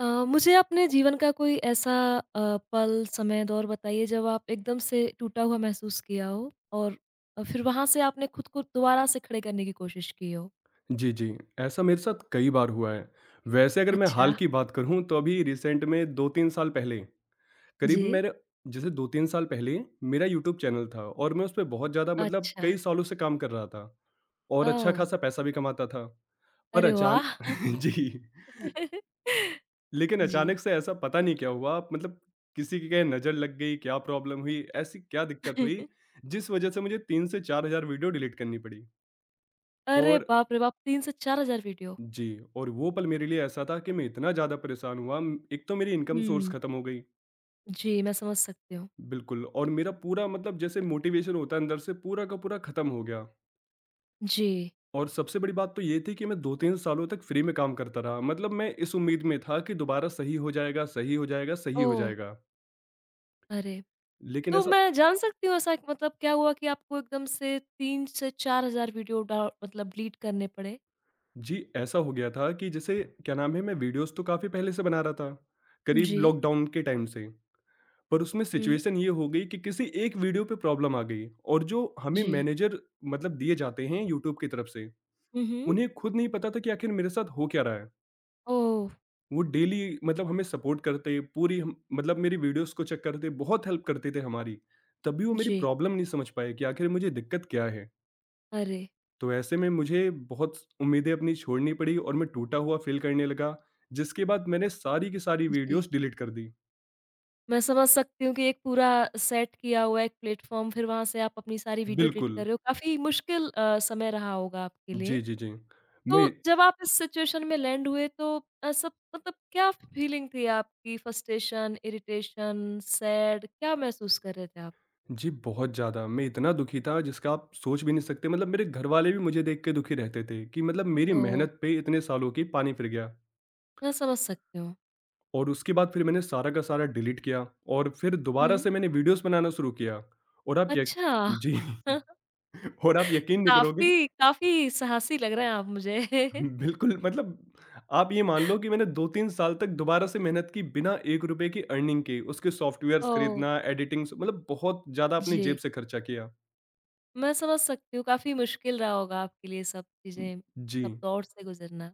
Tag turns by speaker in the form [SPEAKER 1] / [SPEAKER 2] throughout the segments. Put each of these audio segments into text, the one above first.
[SPEAKER 1] मुझे अपने जीवन का कोई ऐसा अ, पल, समय, दौर बताइए जब आप एकदम से टूटा हुआ महसूस किया हो और फिर वहाँ से आपने खुद को दोबारा से खड़े करने की कोशिश की हो?
[SPEAKER 2] जी, जी। ऐसा मेरे साथ कई बार हुआ है। वैसे अगर मैं
[SPEAKER 1] अच्छा।
[SPEAKER 2] हाल की बात करूँ तो अभी रिसेंट में 2-3 साल पहले,
[SPEAKER 1] जी।
[SPEAKER 2] करीब मेरे जैसे 2-3 साल पहले मेरा यूट्यूब चैनल था और मैं उसपे बहुत ज़्यादा मतलब
[SPEAKER 1] अच्छा।
[SPEAKER 2] कई सालों से काम कर रहा था और अच्छा
[SPEAKER 1] ओह!
[SPEAKER 2] खासा पैसा भी कमाता था। पर
[SPEAKER 1] अरे
[SPEAKER 2] अचान
[SPEAKER 1] वाह!
[SPEAKER 2] जी। लेकिन
[SPEAKER 1] जी।
[SPEAKER 2] अचानक से ऐसा पता नहीं क्या हुआ मतलब किसी की क्या नज़र लग गई, क्या प्रॉब्लम हुई, ऐसी क्या दिक्कत हुई, जिस वज़ह से मुझे 3 से 4000 वीडियो डिलीट करनी पड़ी।
[SPEAKER 1] अरे
[SPEAKER 2] और
[SPEAKER 1] बाप रे बाप! 3 से 4000 वीडियो।
[SPEAKER 2] जी, और वो पल मेरे लिए ऐसा था कि मैं इतना ज़्यादा परेशान हुआ, एक तो मेरी इनकम सोर्स
[SPEAKER 1] हुँ।
[SPEAKER 2] खत्म हो गई,
[SPEAKER 1] जी, मैं समझ सकती हूँ।
[SPEAKER 2] बिल्कुल। और मेरा पूरा मतलब जैसे मोटिवेशन होता है अंदर से पूरा का पूरा खत्म हो गया।
[SPEAKER 1] जी।
[SPEAKER 2] और सबसे बड़ी बात तो ये थी कि मैं 2-3 सालों तक फ्री में काम करता रहा, मतलब मैं इस उम्मीद में था कि दोबारा सही हो जाएगा, सही हो जाएगा, सही हो
[SPEAKER 1] ओह!
[SPEAKER 2] जाएगा।
[SPEAKER 1] अरे!
[SPEAKER 2] लेकिन
[SPEAKER 1] तो
[SPEAKER 2] ऐसा
[SPEAKER 1] मैं जान सकती हूँ ऐसा मतलब क्या हुआ कि आपको एकदम से 3 से 4000 वीडियो डाउ मतलब डिलीट करने पड़े?
[SPEAKER 2] जी, ऐसा हो गया था कि जैसे क्या नाम है, मैं वीडियोज़ तो काफ़ी पहले से बना रहा था, करीब
[SPEAKER 1] जी।
[SPEAKER 2] लॉकडाउन के टाइम से। पर उसमें
[SPEAKER 1] हुँ।
[SPEAKER 2] सिचुएशन ये हो गई कि किसी एक वीडियो पे प्रॉब्लम आ गई और जो हमें
[SPEAKER 1] जी।
[SPEAKER 2] मैनेजर मतलब दिए जाते हैं यूट्यूब की तरफ से
[SPEAKER 1] हुँ, हुँ।
[SPEAKER 2] उन्हें खुद नहीं पता था कि आखिर मेरे साथ हो क्या रहा है।
[SPEAKER 1] ओह!
[SPEAKER 2] वो डेली मतलब हमें सपोर्ट करते पूरी हम, मतलब मेरी वीडियोस को चेक करते बहुत हेल्प करते थे हमारी तभी वो मेरी
[SPEAKER 1] जी।
[SPEAKER 2] प्रॉब्लम नहीं समझ पाए कि आखिर मुझे दिक्कत क्या है।
[SPEAKER 1] अरे!
[SPEAKER 2] तो ऐसे में मुझे बहुत उम्मीदें अपनी छोड़नी पड़ी और मैं टूटा हुआ फील करने लगा जिसके बाद मैंने सारी की सारी
[SPEAKER 1] जी।
[SPEAKER 2] वीडियोस डिलीट कर दी।
[SPEAKER 1] मैं समझ सकती हूँ कि एक पूरा सेट किया हुआ एक प्लेटफ़ॉर्म फिर वहाँ से आप अपनी सारी वीडियो एडिट कर
[SPEAKER 2] बिल्कुल।
[SPEAKER 1] रहे हो। काफ़ी मुश्किल समय रहा होगा आपके लिए।
[SPEAKER 2] जी जी जी। मैं
[SPEAKER 1] तो जब आप इस सिचुएशन में लैंड हुए तो सब मतलब क्या फीलिंग थी आपकी फ्रस्ट्रेशन, इरिटेशन, सैड क्या महसूस कर रहे थे आप?
[SPEAKER 2] जी, बहुत ज़्यादा। मैं इतना दुखी था जिसका आप सोच भी नहीं सकते मतलब मेरे घरवाले भी मुझे देख के दुखी रहते थे कि मतलब मेरी
[SPEAKER 1] ओह!
[SPEAKER 2] मेहनत पे इतने सालों की पानी फिर गया।
[SPEAKER 1] मैं समझ सकती हूँ।
[SPEAKER 2] और उसके बाद फिर मैंने सारा का सारा डिलीट किया और फिर दोबारा
[SPEAKER 1] हुँ।
[SPEAKER 2] से मैंने वीडियोज़ बनाना शुरू किया। और आप यक
[SPEAKER 1] अच्छा।
[SPEAKER 2] जी,
[SPEAKER 1] हाँ।
[SPEAKER 2] और आप यकीन नहीं करोगे।
[SPEAKER 1] काफ़ी काफ़ी साहसी लग रहे हैं आप मुझे।
[SPEAKER 2] बिल्कुल मतलब आप ये मान लो कि मैंने 2-3 साल तक दोबारा से मेहनत की बिना ₹1 की अर्निंग के, उसके सॉफ्टवेयर्स
[SPEAKER 1] ओह!
[SPEAKER 2] खरीदना, एडिटिंग्स मतलब बहुत ज़्यादा अपनी जेब
[SPEAKER 1] जी,
[SPEAKER 2] से खर्चा किया।
[SPEAKER 1] मैं समझ सकती हूँ काफ़ी मुश्किल रहा होगा आपके लिए सब चीज़ें, सब
[SPEAKER 2] जी।
[SPEAKER 1] दौर से गुज़रना।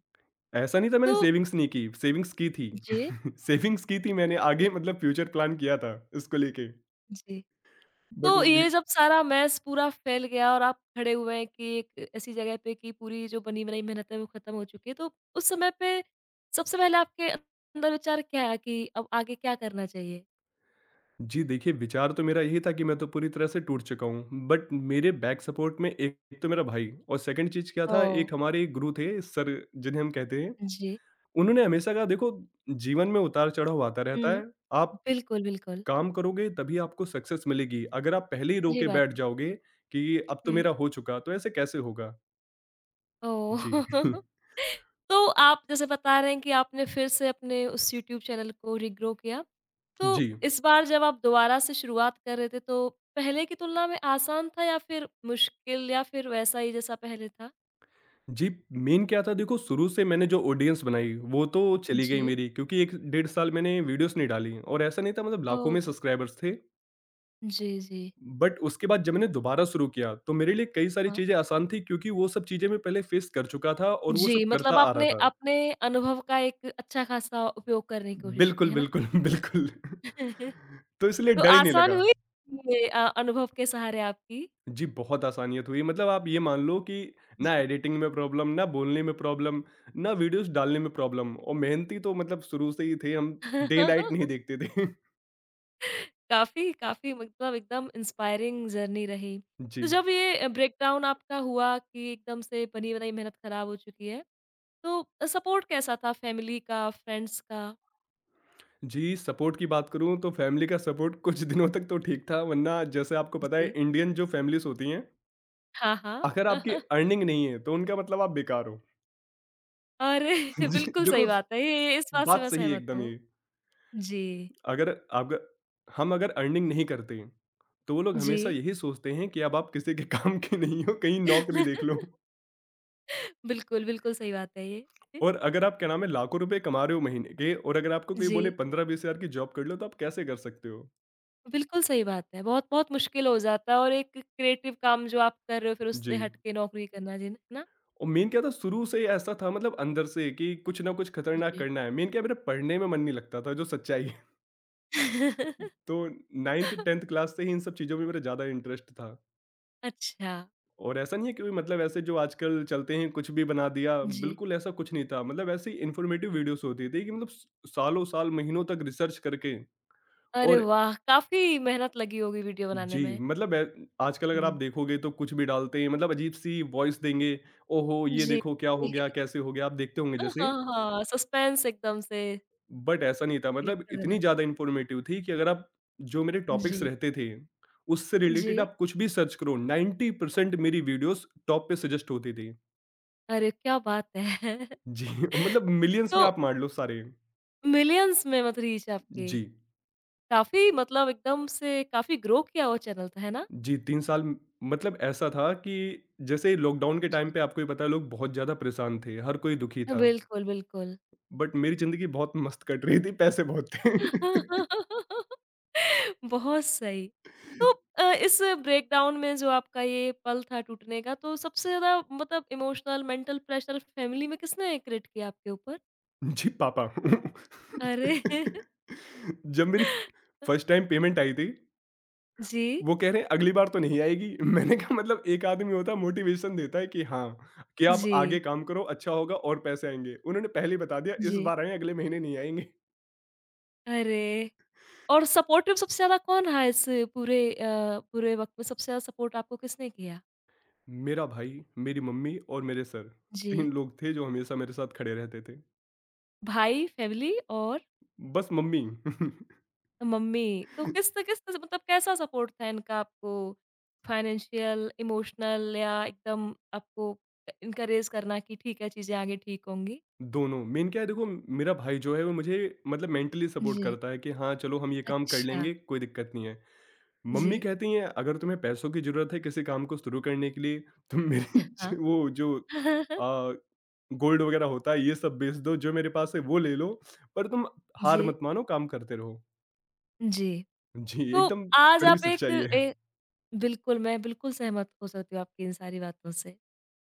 [SPEAKER 2] ऐसा नहीं था मैंने
[SPEAKER 1] तो
[SPEAKER 2] सेविंग्स नहीं की, सेविंग्स की थी।
[SPEAKER 1] जी,
[SPEAKER 2] सेविंग्स की थी मैंने आगे मतलब फ्यूचर प्लान किया था इसको लेके।
[SPEAKER 1] जी,
[SPEAKER 2] बट
[SPEAKER 1] तो
[SPEAKER 2] वो भी
[SPEAKER 1] ये जब सारा मैस पूरा फैल गया और आप खड़े हुए हैं कि एक ऐसी जगह पे कि पूरी जो बनी-बनाई मेहनत है वो ख़त्म हो चुकी है, तो उस समय पे सबसे पहले आपके अंदर विचार क्या आया कि अब आगे क्या करना चाहिए?
[SPEAKER 2] जी, देखिए, विचार तो मेरा यही था कि मैं तो पूरी तरह से टूट चुका हूँ। बट मेरे बैक सपोर्ट में एक तो मेरा भाई और सेकंड चीज़ क्या था
[SPEAKER 1] ओह!
[SPEAKER 2] एक हमारे गुरु थे सर जिन्हें हम कहते हैं।
[SPEAKER 1] जी।
[SPEAKER 2] उन्होंने हमेशा कहा देखो जीवन में उतार-चढ़ाव आता रहता
[SPEAKER 1] हुँ।
[SPEAKER 2] है। आप
[SPEAKER 1] बिल्कुल, बिल्कुल,
[SPEAKER 2] काम करोगे तभी आपको सक्सेस मिलेगी। अगर आप पहले ही रो
[SPEAKER 1] सही
[SPEAKER 2] के
[SPEAKER 1] बात
[SPEAKER 2] बैठ
[SPEAKER 1] है।
[SPEAKER 2] जाओगे कि अब तो
[SPEAKER 1] हुँ।
[SPEAKER 2] मेरा हो चुका, तो ऐसे कैसे होगा?
[SPEAKER 1] ओह!
[SPEAKER 2] जी।
[SPEAKER 1] तो आप जैसे बता रहे हैं कि आपने फिर से अपने उस यूट्यूब चैनल को रिग्रो किया। तो
[SPEAKER 2] जी।
[SPEAKER 1] इस बार जब आप दोबारा से शुरुआत कर रहे थे तो पहले की तुलना में आसान था या फिर मुश्किल या फिर वैसा ही जैसा पहले था?
[SPEAKER 2] जी, मेन क्या था देखो शुरू से मैंने जो ऑडियंस बनाई वो तो चली गई
[SPEAKER 1] जी।
[SPEAKER 2] मेरी क्योंकि 1 डेढ़ साल मैंने वीडियोज़ नहीं डाली और ऐसा नहीं था मतलब लाखों
[SPEAKER 1] ओह!
[SPEAKER 2] में सब्सक्राइबर्स थे।
[SPEAKER 1] जी, जी।
[SPEAKER 2] बट उसके बाद जब मैंने दोबारा शुरू किया तो मेरे लिए कई सारी
[SPEAKER 1] हाँ।
[SPEAKER 2] चीज़ें आसान थी क्योंकि वो सब चीज़ें मैं पहले फेस कर चुका था और वो
[SPEAKER 1] जी,
[SPEAKER 2] सब करता
[SPEAKER 1] मतलब
[SPEAKER 2] आ रहा
[SPEAKER 1] आपने
[SPEAKER 2] था।
[SPEAKER 1] अपने अनुभव का एक अच्छा खासा उपयोग करने की कोशिश की,
[SPEAKER 2] बिल्कुल,
[SPEAKER 1] है ना?
[SPEAKER 2] बिल्कुल, बिल्कुल। तो इसलिए
[SPEAKER 1] तो
[SPEAKER 2] डर ही नहीं
[SPEAKER 1] आसान
[SPEAKER 2] लगा।
[SPEAKER 1] हुई ये अनुभव के सहारे आपकी?
[SPEAKER 2] जी, बहुत आसानियत हुई मतलब आप ये मान लो कि ना
[SPEAKER 1] जी।
[SPEAKER 2] एडिटिंग में प्रॉब्लम, ना बोलने में प्रॉब्लम, ना वीडियोज़ डालने में प्रॉब्लम और मेहनती तो मतलब शुरू से ही थे हम, डे नाइट नहीं देखते थे।
[SPEAKER 1] काफ़ी, काफ़ी मतलब एकदम इंस्पायरिंग जर्नी रही। तो
[SPEAKER 2] जी।
[SPEAKER 1] जब ये ब्रेकडाउन आपका हुआ कि एकदम से बनी-बनाई मेहनत खराब हो चुकी है, तो सपोर्ट कैसा था फैमिली का, फ्रेंड्स का?
[SPEAKER 2] जी, सपोर्ट की बात करूँ तो फैमिली का सपोर्ट कुछ दिनों तक तो ठीक था वरना जैसे आपको पता है
[SPEAKER 1] जी।
[SPEAKER 2] इंडियन जो फैमिलीज़ होती हैं,
[SPEAKER 1] हाँ, हाँ।
[SPEAKER 2] अगर आपकी अर्निंग नहीं है तो उनका मतलब आप बेकार हो।
[SPEAKER 1] अरे!
[SPEAKER 2] जी,
[SPEAKER 1] बिल्कुल सही
[SPEAKER 2] देखो स
[SPEAKER 1] बात है, ये इस बात से
[SPEAKER 2] बात
[SPEAKER 1] मैं
[SPEAKER 2] सही है
[SPEAKER 1] सहमत
[SPEAKER 2] एकदम
[SPEAKER 1] हूँ।
[SPEAKER 2] ये।
[SPEAKER 1] जी,
[SPEAKER 2] अगर अग हम अगर अर्निंग नहीं करते, तो वो लोग
[SPEAKER 1] जी।
[SPEAKER 2] हमेशा यही सोचते हैं कि अब आप किसी के काम के नहीं हो, कहीं नौकरी देख लो।
[SPEAKER 1] बिल्कुल, बिल्कुल सही बात है ये।
[SPEAKER 2] और अगर आप क्या नाम है लाखों रुपए कमा रहे हो महीने के और अगर आपको कोई बोले
[SPEAKER 1] जी,
[SPEAKER 2] 15-20 हज़ार की जॉब कर लो तो आप कैसे कर सकते हो?
[SPEAKER 1] बिल्कुल सही बात है। बहुत-बहुत मुश्किल हो जाता है और एक क्रिएटिव काम जो आप कर रहे हो फिर उससे
[SPEAKER 2] जी।
[SPEAKER 1] हट के नौकरी करना जी, है ना?
[SPEAKER 2] और मेन क्या था शुरू से ही ऐसा था मतलब अंदर से कि कुछ ना कुछ खतरनाक
[SPEAKER 1] जी
[SPEAKER 2] करना है। मेन क्या मेरा पढ़ने में मन नहीं लगता था जो सच्चाई है। तो 9th 10th क्लास से ही इन सब चीज़ों में मेरा ज़्यादा इंटरेस्ट था।
[SPEAKER 1] अच्छा,
[SPEAKER 2] और ऐसा नहीं है कि मतलब ऐसे जो आजकल चलते हैं कुछ भी बना दिया
[SPEAKER 1] जी।
[SPEAKER 2] बिल्कुल ऐसा कुछ नहीं था मतलब ऐसे ही इन्फॉर्मेटिव वीडियोस होती थी कि मतलब सालों साल महीनों तक रिसर्च करके।
[SPEAKER 1] अरे
[SPEAKER 2] और
[SPEAKER 1] वाह! काफ़ी मेहनत लगी होगी वीडियो बनाने
[SPEAKER 2] जी
[SPEAKER 1] में।
[SPEAKER 2] मतलब आजकल अगर आप
[SPEAKER 1] हुँ।
[SPEAKER 2] देखोगे तो कुछ भी डालते हैं मतलब अजीब सी वॉइस देंगे, ओहो ये
[SPEAKER 1] जी।
[SPEAKER 2] देखो क्या हो गया कैसे हो गया आप देखते होंगे जैसे।
[SPEAKER 1] हाँ, हाँ, सस्पेंस एकदम से
[SPEAKER 2] बट ऐसा नहीं था
[SPEAKER 1] क्रिएट
[SPEAKER 2] मतलब
[SPEAKER 1] कर देना।
[SPEAKER 2] इतनी ज़्यादा इन्फॉर्मेटिव थी कि अगर आप जो मेरे टॉपिक्स
[SPEAKER 1] जी,
[SPEAKER 2] रहते थे उससे
[SPEAKER 1] जी।
[SPEAKER 2] रिलेटेड आप कुछ भी सर्च करो 90% मेरी वीडियोस टॉप पे सजेस्ट होती थी।
[SPEAKER 1] अरे क्या बात है!
[SPEAKER 2] जी। मतलब मिलियंस में
[SPEAKER 1] तो
[SPEAKER 2] आप मान लो सारे।
[SPEAKER 1] मिलियंस में मत रीच आपके।
[SPEAKER 2] जी।
[SPEAKER 1] काफ़ी मतलब एकदम से काफ़ी ग्रो किया वो चैनल तो, है ना?
[SPEAKER 2] जी, 3 साल मतलब ऐसा था कि जैसे लॉकडाउन के टाइम
[SPEAKER 1] जी।
[SPEAKER 2] पे आपको ही पता है लोग बहुत ज़्यादा परेशान थे, हर कोई दुखी था।
[SPEAKER 1] बिल्कुल, बिल्कुल।
[SPEAKER 2] बट मेरी ज़िंदगी बहुत मस्त कट रही थी, पैसे बहुत थे।
[SPEAKER 1] बहुत सही। तो इस ब्रेकडाउन में जो आपका ये पल था टूटने का, तो सबसे ज़्यादा मतलब इमोशनल, मेंटल प्रेशर फैमिली में किसने क्रिएट किया आपके ऊपर?
[SPEAKER 2] जी, पापा।
[SPEAKER 1] अरे!
[SPEAKER 2] जब मेरी फर्स्ट टाइम पेमेंट आई थी,
[SPEAKER 1] जी,
[SPEAKER 2] वो कह रहे हैं अगली बार तो नहीं आएगी। मैंने कहा मतलब एक आदमी होता है मोटिवेशन देता है कि हाँ, कि आप
[SPEAKER 1] जी,
[SPEAKER 2] आगे काम करो अच्छा होगा और पैसे आएँगे। उन्होंने पहले ही बता दिया इस
[SPEAKER 1] जी।
[SPEAKER 2] बार आएँ अगले महीने नहीं आएँगे।
[SPEAKER 1] अरे! और सपोर्टिव सबसे ज़्यादा कौन रहा इस पूरे अ, पूरे वक़्त में सबसे ज़्यादा सपोर्ट आपको किसने किया?
[SPEAKER 2] मेरा भाई, मेरी मम्मी और मेरे सर,
[SPEAKER 1] जी,
[SPEAKER 2] 3 लोग थे जो हमेशा मेरे साथ खड़े रहते थे।
[SPEAKER 1] भाई, फैमिली और
[SPEAKER 2] बस मम्मी।
[SPEAKER 1] मम्मी, तो किस तरह से- मतलब कैसा सपोर्ट था इनका आपको? फाइनेंशियल, इमोशनल या एकदम आपको इनकरेज करना कि ठीक है, चीज़ें आगे ठीक होंगी?
[SPEAKER 2] दोनों मेन क्या है देखो मेरा भाई जो है वो मुझे मतलब मेंटली सपोर्ट
[SPEAKER 1] जी,
[SPEAKER 2] करता है कि हाँ, चलो हम ये काम कर
[SPEAKER 1] अच्छा।
[SPEAKER 2] लेंगे, कोई दिक्कत नहीं है।
[SPEAKER 1] जी।
[SPEAKER 2] मम्मी कहती हैं अगर तुम्हें पैसों की ज़रूरत है किसी काम को शुरू करने के लिए तो मेरे
[SPEAKER 1] हाँ।
[SPEAKER 2] ज वो जो अ, गोल्ड वगैरह होता है ये सब बेच दो, जो मेरे पास है वो ले लो, पर तुम हार
[SPEAKER 1] जी।
[SPEAKER 2] मत मानो काम करते रहो।
[SPEAKER 1] जी,
[SPEAKER 2] जी,
[SPEAKER 1] तो
[SPEAKER 2] एकदम
[SPEAKER 1] आज
[SPEAKER 2] कड़वी
[SPEAKER 1] आप एक
[SPEAKER 2] सच्चाई है।
[SPEAKER 1] ए बिल्कुल, मैं बिल्कुल सहमत हो सकती हूँ आपकी इन सारी बातों से।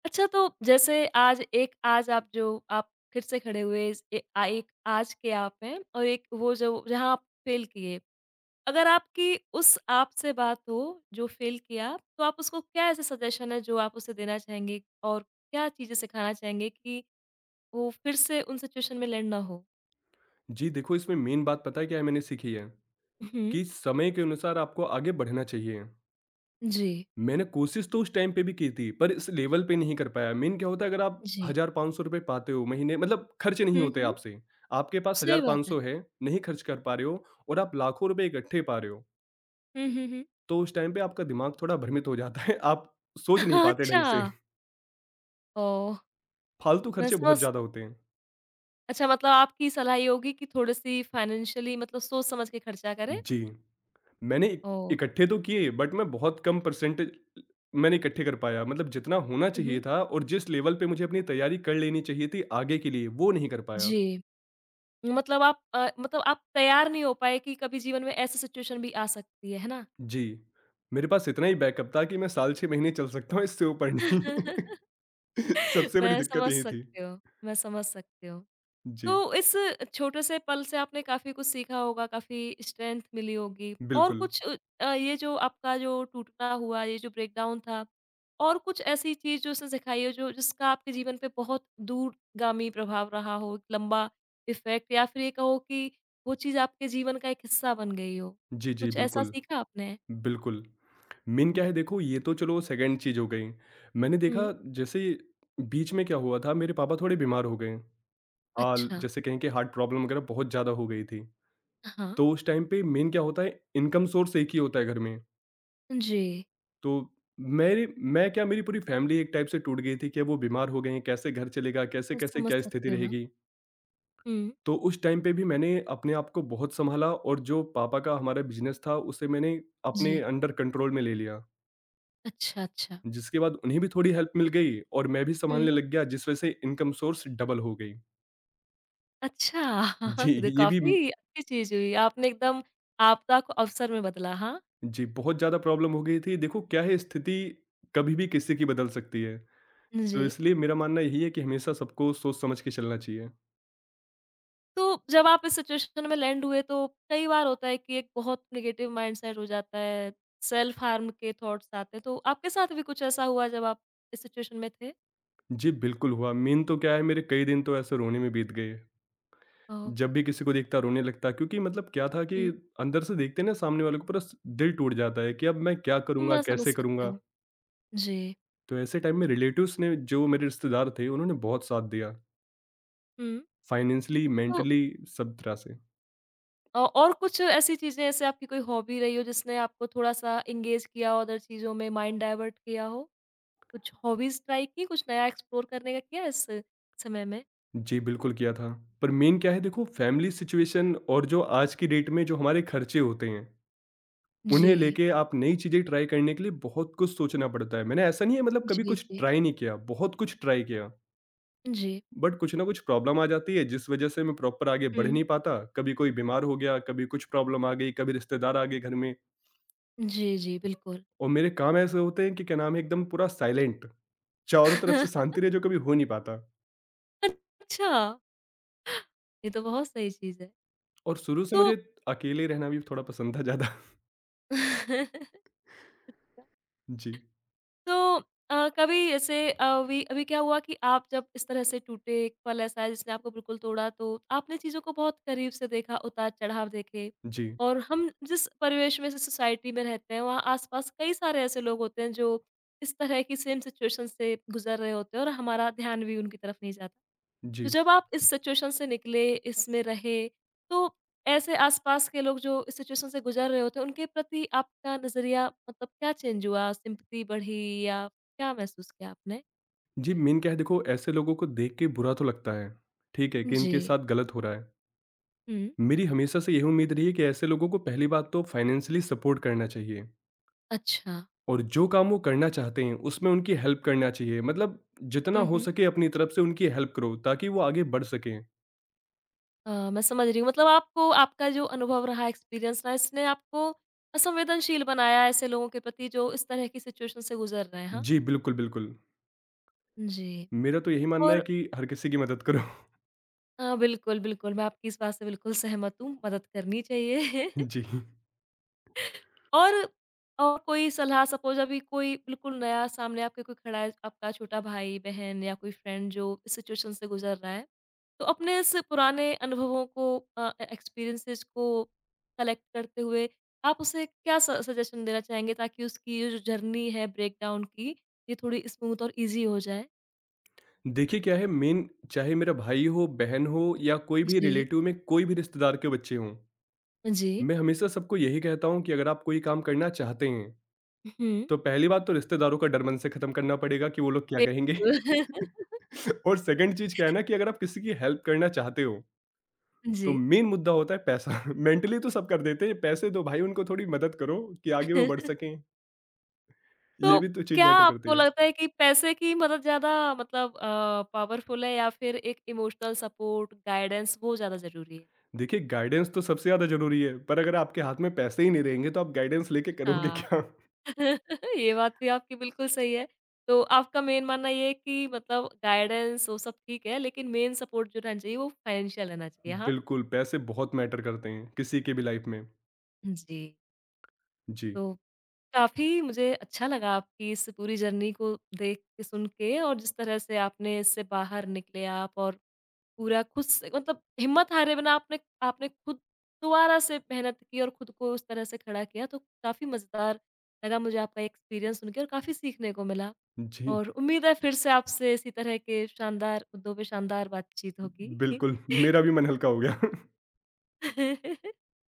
[SPEAKER 1] अच्छा तो जैसे आज एक आज आप जो आप फिर से खड़े हुए इस ए आ एक आज के आप हैं और एक वो जो जहाँ आप फेल किए। अगर आपकी उस आप से बात हो जो फ़ेल किया, तो आप उसको क्या ऐसे सजेशन है जो आप उसे देना चाहेंगे और क्या चीज़ें सिखाना चाहेंगे कि वो फिर से उन सिचुएशन में लैंड ना हो?
[SPEAKER 2] जी, देखो इसमें मेन बात पता है क्या है मैंने सीखी है,
[SPEAKER 1] हुँ।
[SPEAKER 2] कि समय के अनुसार आपको आगे बढ़ना चाहिए।
[SPEAKER 1] जी,
[SPEAKER 2] मैंने कोशिश तो उस टाइम पे भी की थी, पर इस लेवल पे नहीं कर पाया। मेन क्या होता है अगर आप
[SPEAKER 1] जी।
[SPEAKER 2] 1,000-₹500 पाते हो महीने मतलब खर्च नहीं
[SPEAKER 1] हुँ,
[SPEAKER 2] होते
[SPEAKER 1] हुँ।
[SPEAKER 2] आपसे। आपके पास
[SPEAKER 1] सही बात है।
[SPEAKER 2] 1,500 है, नहीं खर्च कर पा रहे हो और आप लाखों रुपए इकट्ठे पा रहे हो,
[SPEAKER 1] हुँ, हुँ, हुँ।
[SPEAKER 2] तो उस टाइम पे आपका दिमाग थोड़ा भ्रमित हो जाता है। आप सोच नहीं पाते
[SPEAKER 1] अच्छा।
[SPEAKER 2] ढंग से,
[SPEAKER 1] ओह!
[SPEAKER 2] फालतू
[SPEAKER 1] मैं
[SPEAKER 2] खर्चे
[SPEAKER 1] समझ
[SPEAKER 2] बहुत ज़्यादा होते हैं।
[SPEAKER 1] अच्छा मतलब आपकी सलाह ये होगी कि थोड़ी-सी फाइनेंशियली मतलब सोच समझ के खर्चा करें।
[SPEAKER 2] जी। मैंने इ
[SPEAKER 1] ओह!
[SPEAKER 2] इकट्ठे तो किए बट मैं बहुत कम परसेंटेज मैंने इकट्ठे कर पाया मतलब जितना होना
[SPEAKER 1] हुँ,
[SPEAKER 2] चाहिए
[SPEAKER 1] हुँ।
[SPEAKER 2] था और जिस लेवल पे मुझे अपनी तैयारी कर लेनी चाहिए थी आगे के लिए वो नहीं कर पाया।
[SPEAKER 1] जी। मतलब आप मतलब आप तैयार नहीं हो पाए कि कभी जीवन में ऐसी सिचुएशन भी आ सकती है ना?
[SPEAKER 2] जी, मेरे पास इतना ही बैकअप था कि मैं साल 6 महीने चल सकता हूँ इससे ऊपर नहीं। सबसे बड़ी
[SPEAKER 1] मैं
[SPEAKER 2] दिक्कत
[SPEAKER 1] समझ
[SPEAKER 2] यही थी।
[SPEAKER 1] सकती हूँ, मैं समझ सकती हूँ।
[SPEAKER 2] जी,
[SPEAKER 1] तो इस छोटे से पल से आपने काफ़ी कुछ सीखा होगा, काफ़ी स्ट्रेंथ मिली होगी और
[SPEAKER 2] बिल्कुल।
[SPEAKER 1] कुछ ये जो आपका जो टूटना हुआ, ये जो ब्रेकडाउन था और कुछ ऐसी चीज़ जो उसने सिखाई हो जो जिसका आपके जीवन पे बहुत दूरगामी प्रभाव रहा हो, एक लंबा इफ़ेक्ट या फिर ये कहो कि वो चीज़ आपके जीवन का एक हिस्सा बन गई हो?
[SPEAKER 2] जी, जी,
[SPEAKER 1] कुछ ऐसा
[SPEAKER 2] बिल्कुल,
[SPEAKER 1] सीखा आपने?
[SPEAKER 2] बिल्कुल। मेन क्या है देखो ये तो चलो सेकंड चीज़ हो गई। मैंने देखा
[SPEAKER 1] हुँ,
[SPEAKER 2] जैसे बीच में क्या हुआ था मेरे पापा थोड़े बीमार हो गए। हाल
[SPEAKER 1] अच्छा।
[SPEAKER 2] जैसे कहें कि हार्ट प्रॉब्लम वगैरह बहुत ज़्यादा हो गई थी।
[SPEAKER 1] हाँ,
[SPEAKER 2] तो उस टाइम पे मेन क्या होता है इनकम सोर्स एक ही होता है घर में।
[SPEAKER 1] जी।
[SPEAKER 2] तो मेरे मैं क्या मेरी पूरी फैमिली एक टाइप से टूट गई थी कि वो बीमार हो गए हैं, कैसे घर चलेगा, कैसे-कैसे
[SPEAKER 1] समझ
[SPEAKER 2] क्या स्थिति
[SPEAKER 1] सकती हूँ मैं।
[SPEAKER 2] रहेगी।
[SPEAKER 1] हुँ,
[SPEAKER 2] तो उस टाइम पे भी मैंने अपने आप को बहुत सँभाला और जो पापा का हमारा बिज़नेस था उसे मैंने अपने
[SPEAKER 1] जी।
[SPEAKER 2] अंडर कंट्रोल में ले लिया।
[SPEAKER 1] अच्छा, अच्छा।
[SPEAKER 2] जिसके बाद उन्हें भी थोड़ी हेल्प मिल गई और मैं भी
[SPEAKER 1] हुँ।
[SPEAKER 2] सँभालने लग गया जिस वजह से इनकम सोर्स डबल हो गई।
[SPEAKER 1] अच्छा,
[SPEAKER 2] जी,
[SPEAKER 1] ये तो
[SPEAKER 2] ये भी
[SPEAKER 1] काफ़ी अच्छी चीज़ हुई। आपने एकदम आपदा को अवसर में बदला, हाँ?
[SPEAKER 2] जी, बहुत ज़्यादा प्रॉब्लम हो गई थी। देखो क्या है स्थिति कभी भी किसी की बदल सकती है। तो
[SPEAKER 1] जी।
[SPEAKER 2] इसलिए मेरा मानना यही है कि हमेशा सबको सोच समझ के चलना चाहिए।
[SPEAKER 1] तो जब आप इस सिचुएशन में लैंड हुए तो कई बार होता है कि एक बहुत नेगेटिव माइंडसेट हो जाता है, सेल्फ हार्म के थॉट्स आते हैं, तो आपके साथ भी कुछ ऐसा हुआ जब आप इस सिचुएशन में थे?
[SPEAKER 2] जी, बिल्कुल हुआ। मेन तो क्या है मेरे कई दिन तो ऐसे रोने में बीत गए।
[SPEAKER 1] ओह!
[SPEAKER 2] जब भी किसी को देखता रोने लगता क्योंकि मतलब क्या था कि
[SPEAKER 1] हुँ।
[SPEAKER 2] अंदर से देखते हैं ना सामने वाले को पूरा स दिल टूट जाता है कि अब मैं क्या करूँगा,
[SPEAKER 1] मैं समझ
[SPEAKER 2] कैसे
[SPEAKER 1] सकती
[SPEAKER 2] करूँगा?
[SPEAKER 1] हूँ। जी।
[SPEAKER 2] तो ऐसे टाइम में रिलेटिव्स ने जो मेरे रिश्तेदार थे उन्होंने बहुत साथ दिया।
[SPEAKER 1] हुँ।
[SPEAKER 2] फाइनेंशियली,
[SPEAKER 1] तो
[SPEAKER 2] मेंटली सब तरह से।
[SPEAKER 1] और कुछ ऐसी चीज़ें, जैसे आपकी कोई हॉबी रही हो जिसने आपको थोड़ा-सा एंगेज किया हो अदर चीज़ों में, माइंड डाइवर्ट किया हो? कुछ हॉबीज़ ट्राई की, कुछ नया एक्सप्लोर करने का किया इस समय में?
[SPEAKER 2] जी, बिल्कुल किया था। पर मेन क्या है देखो फैमिली सिचुएशन और जो आज की डेट में जो हमारे खर्चे होते हैं
[SPEAKER 1] जी।
[SPEAKER 2] उन्हें लेके आप नई चीज़ें ट्राई करने के लिए बहुत कुछ सोचना पड़ता है। मैंने ऐसा नहीं है मतलब कभी
[SPEAKER 1] जी,
[SPEAKER 2] कुछ
[SPEAKER 1] जी।
[SPEAKER 2] ट्राई नहीं किया, बहुत कुछ ट्राई किया,
[SPEAKER 1] जी।
[SPEAKER 2] बट कुछ ना कुछ प्रॉब्लम आ जाती है जिस वज़ह से मैं प्रॉपर आगे बढ़
[SPEAKER 1] हुँ।
[SPEAKER 2] नहीं पाता। कभी कोई बीमार हो गया, कभी कुछ प्रॉब्लम आ गई, कभी रिश्तेदार आ गए घर में
[SPEAKER 1] जी, जी, बिल्कुल।
[SPEAKER 2] और मेरे काम ऐसे होते हैं कि क्या नाम है एकदम पूरा साइलेंट, चारों तरफ से शांति रहे जो कभी हो नहीं पाता
[SPEAKER 1] अच्छा! ये तो बहुत सही चीज़ है।
[SPEAKER 2] और शुरू से
[SPEAKER 1] तो
[SPEAKER 2] मुझे अकेले रहना भी थोड़ा पसंद था ज़्यादा। जी,
[SPEAKER 1] तो अ, कभी ऐसे अ, अभी अभी क्या हुआ कि आप जब इस तरह से टूटे एक पल ऐसा है जिसने आपको बिल्कुल तोड़ा तो आपने चीज़ों को बहुत करीब से देखा, उतार-चढ़ाव देखे
[SPEAKER 2] जी,
[SPEAKER 1] और हम जिस परिवेश में, जिस सोसाइटी में रहते हैं वहाँ आस-पास कई सारे ऐसे लोग होते हैं जो इस तरह की सेम सिचुएशन से गुज़र रहे होते हैं और हमारा ध्यान भी उनकी तरफ नहीं जाता। तो
[SPEAKER 2] जी।
[SPEAKER 1] जब आप इस सिचुएशन से निकले, इसमें रहे, तो ऐसे आसपास के लोग जो इस सिचुएशन से गुज़र रहे होते हैं, उनके प्रति आपका नज़रिया मतलब क्या चेंज हुआ? सिम्पैथी बढ़ी या क्या महसूस किया आपने?
[SPEAKER 2] जी, मेन क्या है देखो ऐसे लोगों को देख के बुरा तो लगता है, ठीक है, कि इनके
[SPEAKER 1] जी।
[SPEAKER 2] साथ गलत हो रहा है।
[SPEAKER 1] हुँ।
[SPEAKER 2] मेरी हमेशा से यही उम्मीद रही है कि ऐसे लोगों को पहली बात तो फाइनेंशियली सपोर्ट करना चाहिए
[SPEAKER 1] अच्छा।
[SPEAKER 2] और जो काम वो करना चाहते हैं उसमें उनकी हेल्प करना चाहिए मतलब जितना
[SPEAKER 1] हुँ,
[SPEAKER 2] हो
[SPEAKER 1] हुँ।
[SPEAKER 2] सके अपनी तरफ से उनकी हेल्प करो ताकि वो आगे बढ़ सकें।
[SPEAKER 1] मैं समझ रही हूँ मतलब आपको आपका जो अनुभव रहा, एक्सपीरियंस रहा, इसने आपको असंवेदनशील बनाया ऐसे लोगों के प्रति जो इस तरह की सिचुएशन से गुज़र रहे हैं, हाँ?
[SPEAKER 2] जी, बिल्कुल, बिल्कुल।
[SPEAKER 1] जी।
[SPEAKER 2] मेरा तो यही मानना है
[SPEAKER 1] और
[SPEAKER 2] कि हर किसी की मदद करो।
[SPEAKER 1] बिल्कुल, बिल्कुल मैं आपकी इस बात से बिल्कुल सहमत हूँ, मदद करनी चाहिए।
[SPEAKER 2] जी,
[SPEAKER 1] और कोई सलाह सपोज़ अभी कोई बिल्कुल नया सामने आपके कोई खड़ा है, आपका छोटा भाई-बहन या कोई फ्रेंड जो इस सिचुएशन से गुज़र रहा है, तो अपने इस पुराने अनुभवों को एक्सपीरियंसेस को कलेक्ट करते हुए आप उसे क्या स सजेशन देना चाहेंगे ताकि उसकी ये जो जर्नी है ब्रेकडाउन की, ये थोड़ी स्मूथ और ईज़ी हो जाए?
[SPEAKER 2] देखिए क्या है मेन चाहे मेरा भाई हो बहन हो या कोई भी
[SPEAKER 1] जी,
[SPEAKER 2] रिलेटिव में कोई भी रिश्तेदार के बच्चे हों,
[SPEAKER 1] जी।
[SPEAKER 2] मैं हमेशा सबको यही कहता हूँ कि अगर आप कोई काम करना चाहते हैं
[SPEAKER 1] हुँ।
[SPEAKER 2] तो पहली बात तो रिश्तेदारों का डर मन से खत्म करना पड़ेगा कि वो लोग क्या कहेंगे।
[SPEAKER 1] बिल्कुल।
[SPEAKER 2] और सेकंड चीज क्या है ना कि अगर आप किसी की हेल्प करना चाहते हो
[SPEAKER 1] जी।
[SPEAKER 2] तो मेन मुद्दा होता है पैसा। मेंटली तो सब कर देते हैं पैसे दो भाई उनको थोड़ी मदद करो कि आगे वो बढ़ सकें, ये
[SPEAKER 1] तो
[SPEAKER 2] भी तो चीज
[SPEAKER 1] क्या
[SPEAKER 2] मैटर
[SPEAKER 1] आपको
[SPEAKER 2] करती है।
[SPEAKER 1] लगता है कि पैसे की मदद ज़्यादा मतलब पावरफुल है या फिर एक इमोशनल सपोर्ट, गाइडेंस वो ज़्यादा ज़रूरी है?
[SPEAKER 2] देखिए गाइडेंस तो सबसे ज्यादा जरूरी है पर अगर आपके हाथ में पैसे ही नहीं रहेंगे तो आप गाइडेंस लेके करोगे
[SPEAKER 1] हाँ।
[SPEAKER 2] क्या?
[SPEAKER 1] ये बात भी आपकी बिल्कुल सही है। तो आपका मेन मानना ये है कि मतलब गाइडेंस वो सब ठीक है, लेकिन मेन सपोर्ट जो रहना चाहिए वो फाइनेंशियल रहना चाहिए, हाँ?
[SPEAKER 2] बिल्कुल पैसे बहुत मैटर करते हैं किसी के भी लाइफ में।
[SPEAKER 1] जी।
[SPEAKER 2] जी।
[SPEAKER 1] तो काफ़ी मुझे अच्छा लगा आपकी इस पूरी जर्नी को देख के, सुन के और जिस तरह से आपने इससे बाहर निकले आप और पूरा खुद से मतलब हिम्मत हारे बिना आपने आपने खुद दोबारा से मेहनत की और खुद को उस तरह से खड़ा किया, तो काफ़ी मज़ेदार लगा मुझे आपका एक्सपीरियंस सुन के और काफ़ी सीखने को मिला।
[SPEAKER 2] जी,
[SPEAKER 1] और उम्मीद है फिर से आपसे इसी तरह के शानदार मुद्दों पे शानदार बातचीत होगी।
[SPEAKER 2] बिल्कुल, मेरा भी मन हल्का हो गया।